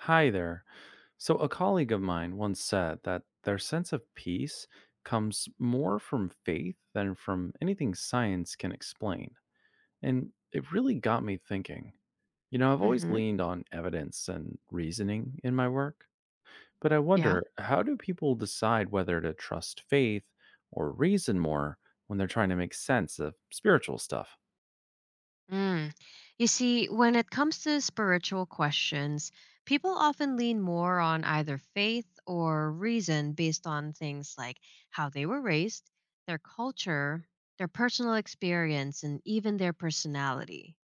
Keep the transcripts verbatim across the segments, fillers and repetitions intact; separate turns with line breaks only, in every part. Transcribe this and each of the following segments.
Hi there. So, a colleague of mine once said that their sense of peace comes more from faith than from anything science can explain. And it really got me thinking. You know, I've always
Mm-hmm.
leaned on evidence and reasoning in my work, but I
Yeah.
wonder, how do people decide whether to trust faith or reason more when they're trying to make sense of spiritual stuff?
Mm. You see, when it comes to spiritual questions, people often lean more on either faith or reason based on things like how they were raised, their culture, their personal experience, and even their personality.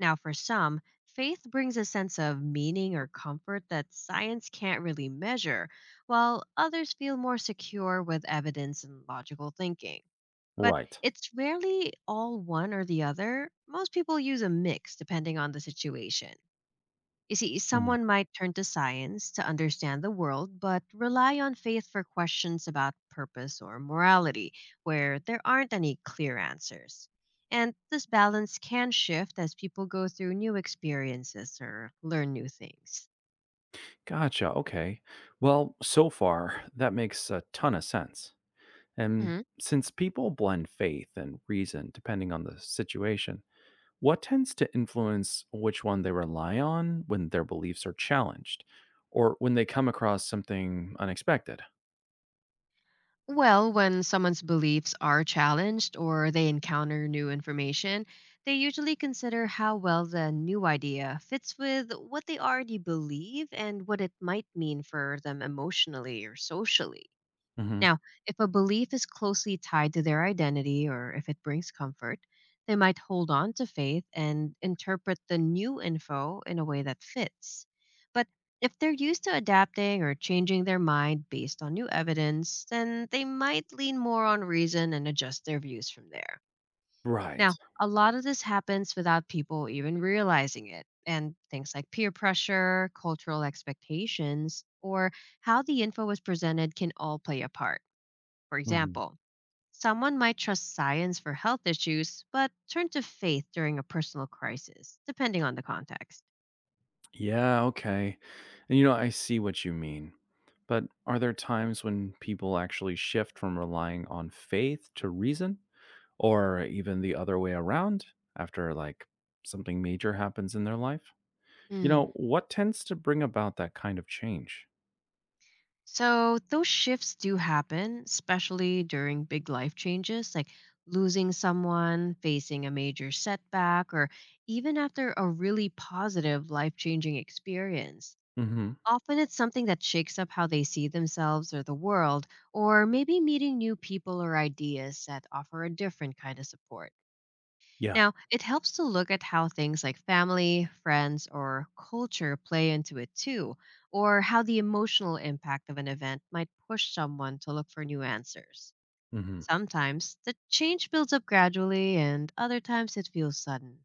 Now, for some, faith brings a sense of meaning or comfort that science can't really measure, while others feel more secure with evidence and logical thinking. But
Right.
it's rarely all one or the other. Most people use a mix depending on the situation. You see,
Mhm.
someone might turn to science to understand the world, but rely on faith for questions about purpose or morality, where there aren't any clear answers. And this balance can shift as people go through new experiences or learn new things.
Gotcha. Okay. Well, so far, that makes a ton of sense. And since people blend faith and reason depending on the situation, what tends to influence which one they rely on when their beliefs are challenged or when they come across something unexpected?
Well, when someone's beliefs are challenged or they encounter new information, they usually consider how well the new idea fits with what they already believe and what it might mean for them emotionally or socially.
Hmm.
Now, if a belief is closely tied to their identity or if it brings comfort, they might hold on to faith and interpret the new info in a way that fits. But if they're used to adapting or changing their mind based on new evidence, then they might lean more on reason and adjust their views from there.
Right.
Now, a lot of this happens without people even realizing it. And things like peer pressure, cultural expectations, or how the info was presented can all play a part. For
Hmm.
example, someone might trust science for health issues, but turn to faith during a personal crisis, depending on the context.
Yeah, okay. And you know, I see what you mean. But are there times when people actually shift from relying on faith to reason, or even the other way around after like something major happens in their life? You
Mm.
know, what tends to bring about that kind of change?
So, those shifts do happen, especially during big life changes like losing someone, facing a major setback, or even after a really positive life changing experience.
Mhm.
Often it's something that shakes up how they see themselves or the world, or maybe meeting new people or ideas that offer a different kind of support.
Yeah.
Now, it helps to look at how things like family, friends, or culture play into it too, or how the emotional impact of an event might push someone to look for new answers.
Mhm.
Sometimes the change builds up gradually, and other times it feels sudden.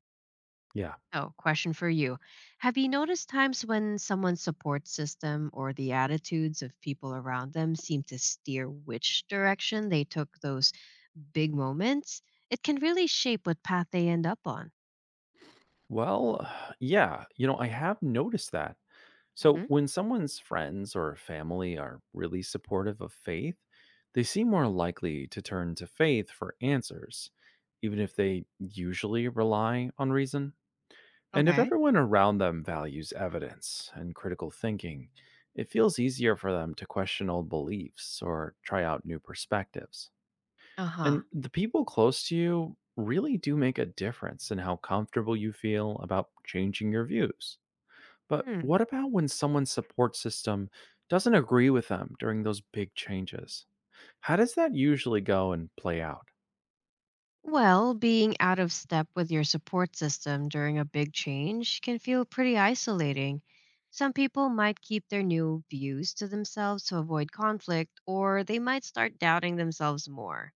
Yeah.
Oh, question for you. Have you noticed times when someone's support system or the attitudes of people around them seem to steer which direction they took those big moments? It can really shape what path they end up on.
Well, yeah, you know, I have noticed that. So,
Mhm.
when someone's friends or family are really supportive of faith, they seem more likely to turn to faith for answers, even if they usually rely on reason. And if
Okay.
everyone around them values evidence and critical thinking, it feels easier for them to question old beliefs or try out new perspectives.
Uh huh.
And the people close to you really do make a difference in how comfortable you feel about changing your views. But
Hmm.
what about when someone's support system doesn't agree with them during those big changes? How does that usually go and play out?
Well, being out of step with your support system during a big change can feel pretty isolating. Some people might keep their new views to themselves to avoid conflict, or they might start doubting themselves more.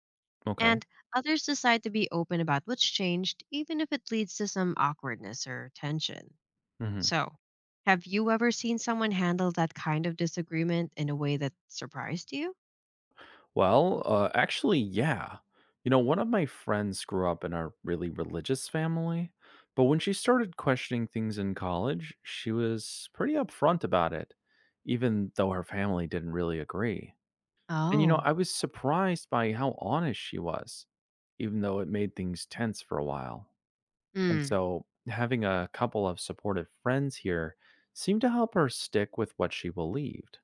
Okay.
And others decide to be open about what's changed, even if it leads to some awkwardness or tension.
Hmm.
So, have you ever seen someone handle that kind of disagreement in a way that surprised you?
Well, uh, actually, yeah. You know, one of my friends grew up in a really religious family, but when she started questioning things in college, she was pretty upfront about it, even though her family didn't really agree. And, you know,
Oh.
I was surprised by how honest she was, even though it made things tense for a while. And
Hmm.
so, having a couple of supportive friends here seemed to help her stick with what she believed.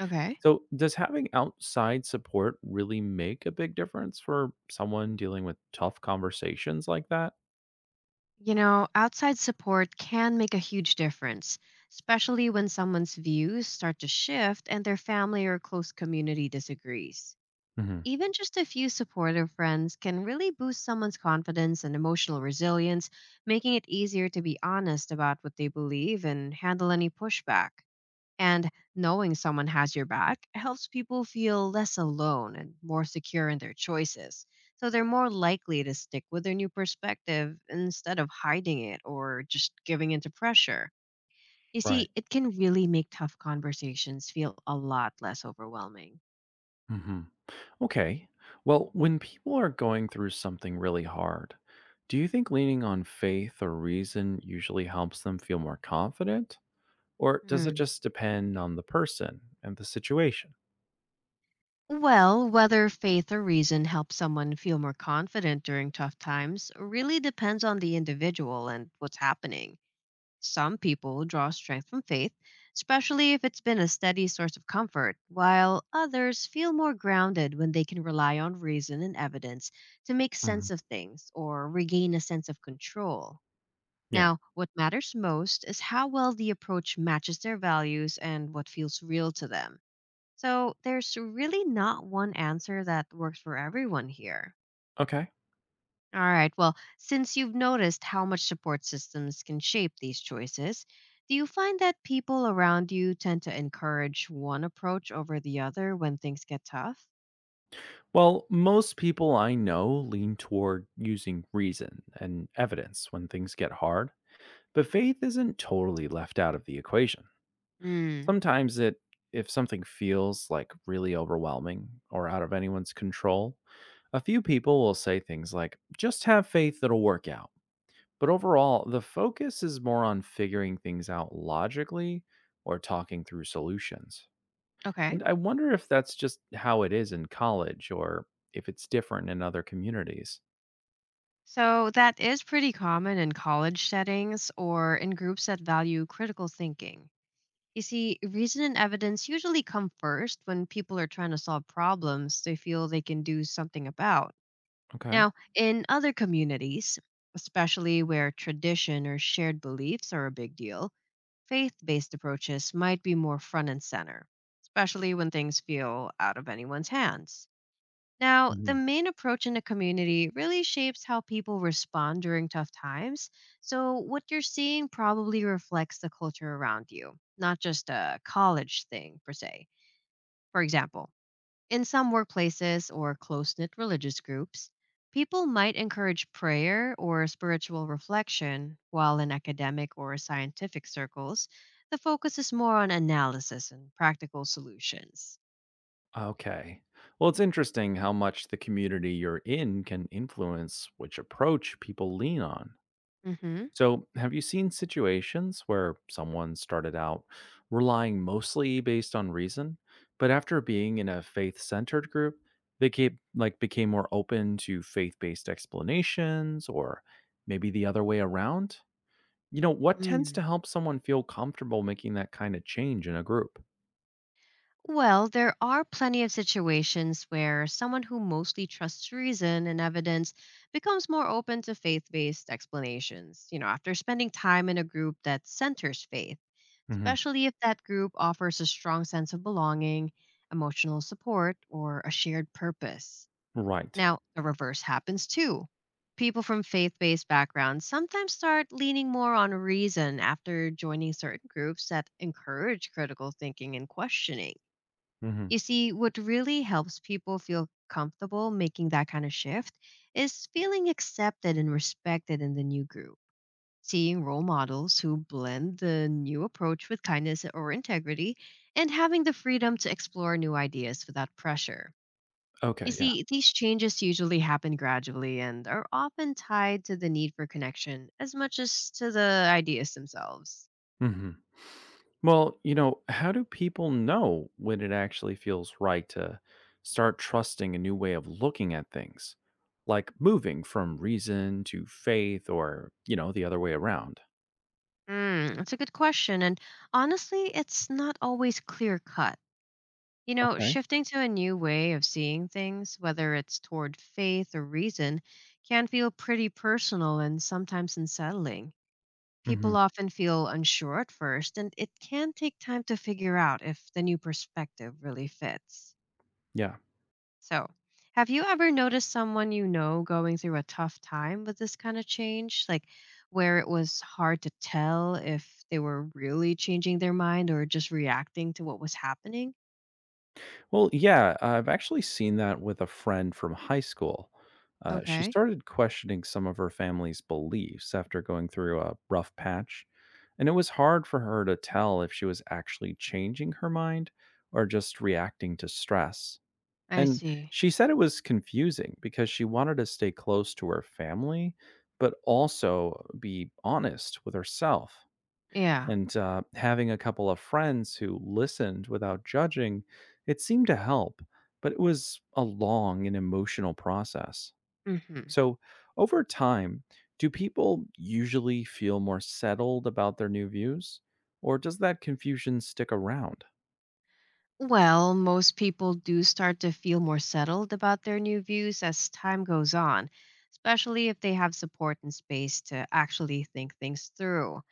Okay.
So, does having outside support really make a big difference for someone dealing with tough conversations like that?
You know, outside support can make a huge difference, especially when someone's views start to shift and their family or close community disagrees.
Hmm.
Even just a few supportive friends can really boost someone's confidence and emotional resilience, making it easier to be honest about what they believe and handle any pushback. And knowing someone has your back helps people feel less alone and more secure in their choices. So they're more likely to stick with their new perspective instead of hiding it or just giving into pressure. You
Right.
see, it can really make tough conversations feel a lot less overwhelming.
Hmm. Okay. Well, when people are going through something really hard, do you think leaning on faith or reason usually helps them feel more confident? Or does it
Hmm.
just depend on the person and the situation?
Well, whether faith or reason helps someone feel more confident during tough times really depends on the individual and what's happening. Some people draw strength from faith, especially if it's been a steady source of comfort, while others feel more grounded when they can rely on reason and evidence to make
Hmm.
sense of things or regain a sense of control.
Yeah.
Now, what matters most is how well the approach matches their values and what feels real to them. So, there's really not one answer that works for everyone here.
Okay.
All right. Well, since you've noticed how much support systems can shape these choices, do you find that people around you tend to encourage one approach over the other when things get tough?
Well, most people I know lean toward using reason and evidence when things get hard, but faith isn't totally left out of the equation.
Mm,
Sometimes it If something feels like really overwhelming or out of anyone's control, a few people will say things like, just have faith it'll work out. But overall, the focus is more on figuring things out logically or talking through solutions.
okay.
And I wonder if that's just how it is in college or if it's different in other communities.
So, that is pretty common in college settings or in groups that value critical thinking. You see, reason and evidence usually come first when people are trying to solve problems they feel they can do something about.
Okay.
Now, in other communities, especially where tradition or shared beliefs are a big deal, faith based approaches might be more front and center, especially when things feel out of anyone's hands. Now, the
Mhm.
main approach in a community really shapes how people respond during tough times. So, what you're seeing probably reflects the culture around you, not just a college thing per se. For example, in some workplaces or close knit religious groups, people might encourage prayer or spiritual reflection, while in academic or scientific circles, the focus is more on analysis and practical solutions.
Okay. Well, it's interesting how much the community you're in can influence which approach people lean on.
Hmm.
So, have you seen situations where someone started out relying mostly based on reason, but after being in a faith-centered group, they came, like became more open to faith-based explanations, or maybe the other way around? You know, what tends
Mm.
to help someone feel comfortable making that kind of change in a group?
Well, there are plenty of situations where someone who mostly trusts reason and evidence becomes more open to faith based explanations, you know, after spending time in a group that centers faith,
Hmm.
especially if that group offers a strong sense of belonging, emotional support, or a shared purpose.
Right.
Now, the reverse happens too. People from faith based backgrounds sometimes start leaning more on reason after joining certain groups that encourage critical thinking and questioning.
Hmm.
You see, what really helps people feel comfortable making that kind of shift is feeling accepted and respected in the new group, seeing role models who blend the new approach with kindness or integrity, and having the freedom to explore new ideas without pressure. You
Okay. Yeah.
see, these changes usually happen gradually and are often tied to the need for connection as much as to the ideas themselves.
Hmm. Well, you know, how do people know when it actually feels right to start trusting a new way of looking at things, like moving from reason to faith or, you know, the other way around?
Mm, that's a good question, and honestly, it's not always clear cut. You know,
Okay.
shifting to a new way of seeing things, whether it's toward faith or reason, can feel pretty personal and sometimes unsettling.
Hmm.
People often feel unsure at first, and it can take time to figure out if the new perspective really fits.
Yeah.
So, have you ever noticed someone you know going through a tough time with this kind of change? Like, where it was hard to tell if they were really changing their mind or just reacting to what was happening?
Well, yeah, I've actually seen that with a friend from high school. Uh, she
Okay,
started questioning some of her family's beliefs after going through a rough patch, and it was hard for her to tell if she was actually changing her mind or just reacting to stress.
I
And
see.
she said it was confusing because she wanted to stay close to her family, but also be honest with herself.
Yeah.
And uh, having a couple of friends who listened without judging, it seemed to help, but it was a long and emotional process.
Hmm.
So, over time, do people usually feel more settled about their new views, or does that confusion stick around?
Well, most people do start to feel more settled about their new views as time goes on, especially if they have support and space to actually think things through.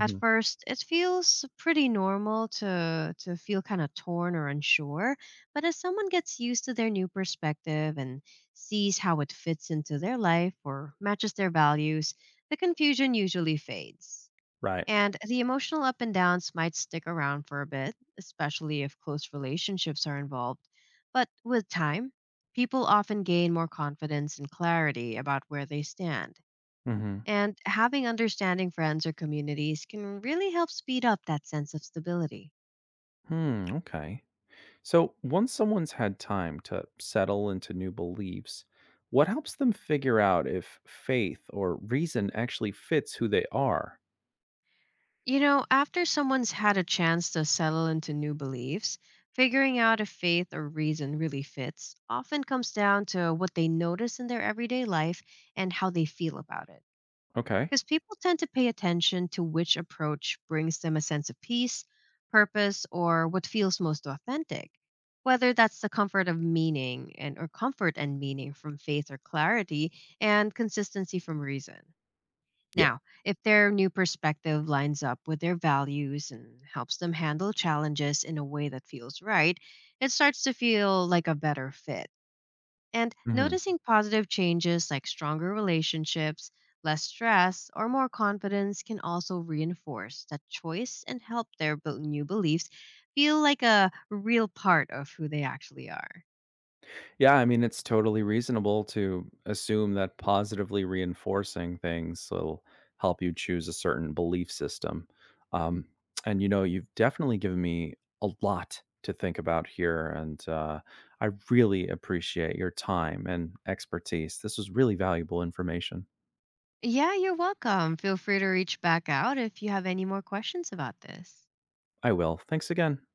At first, it feels pretty normal to to feel kind of torn or unsure, but as someone gets used to their new perspective and sees how it fits into their life or matches their values, the confusion usually fades.
Right.
And the emotional up and downs might stick around for a bit, especially if close relationships are involved. But with time, people often gain more confidence and clarity about where they stand.
Hmm.
And having understanding friends or communities can really help speed up that sense of stability.
Hmm. Okay. So, once someone's had time to settle into new beliefs, what helps them figure out if faith or reason actually fits who they are?
You know, after someone's had a chance to settle into new beliefs, figuring out if faith or reason really fits often comes down to what they notice in their everyday life and how they feel about it,
Okay.
because people tend to pay attention to which approach brings them a sense of peace, purpose, or what feels most authentic. Whether that's the comfort of meaning and or comfort and meaning from faith or clarity and consistency from reason.
Yeah.
Now, if their new perspective lines up with their values and helps them handle challenges in a way that feels right, it starts to feel like a better fit. And
Mhm.
noticing positive changes like stronger relationships, less stress, or more confidence can also reinforce that choice and help their bel- new beliefs feel like a real part of who they actually are.
Yeah, I mean, it's totally reasonable to assume that positively reinforcing things will help you choose a certain belief system. Um, and, you know, you've definitely given me a lot to think about here. And uh, I really appreciate your time and expertise. This was really valuable information.
Yeah, you're welcome. Feel free to reach back out if you have any more questions about this.
I will. Thanks again.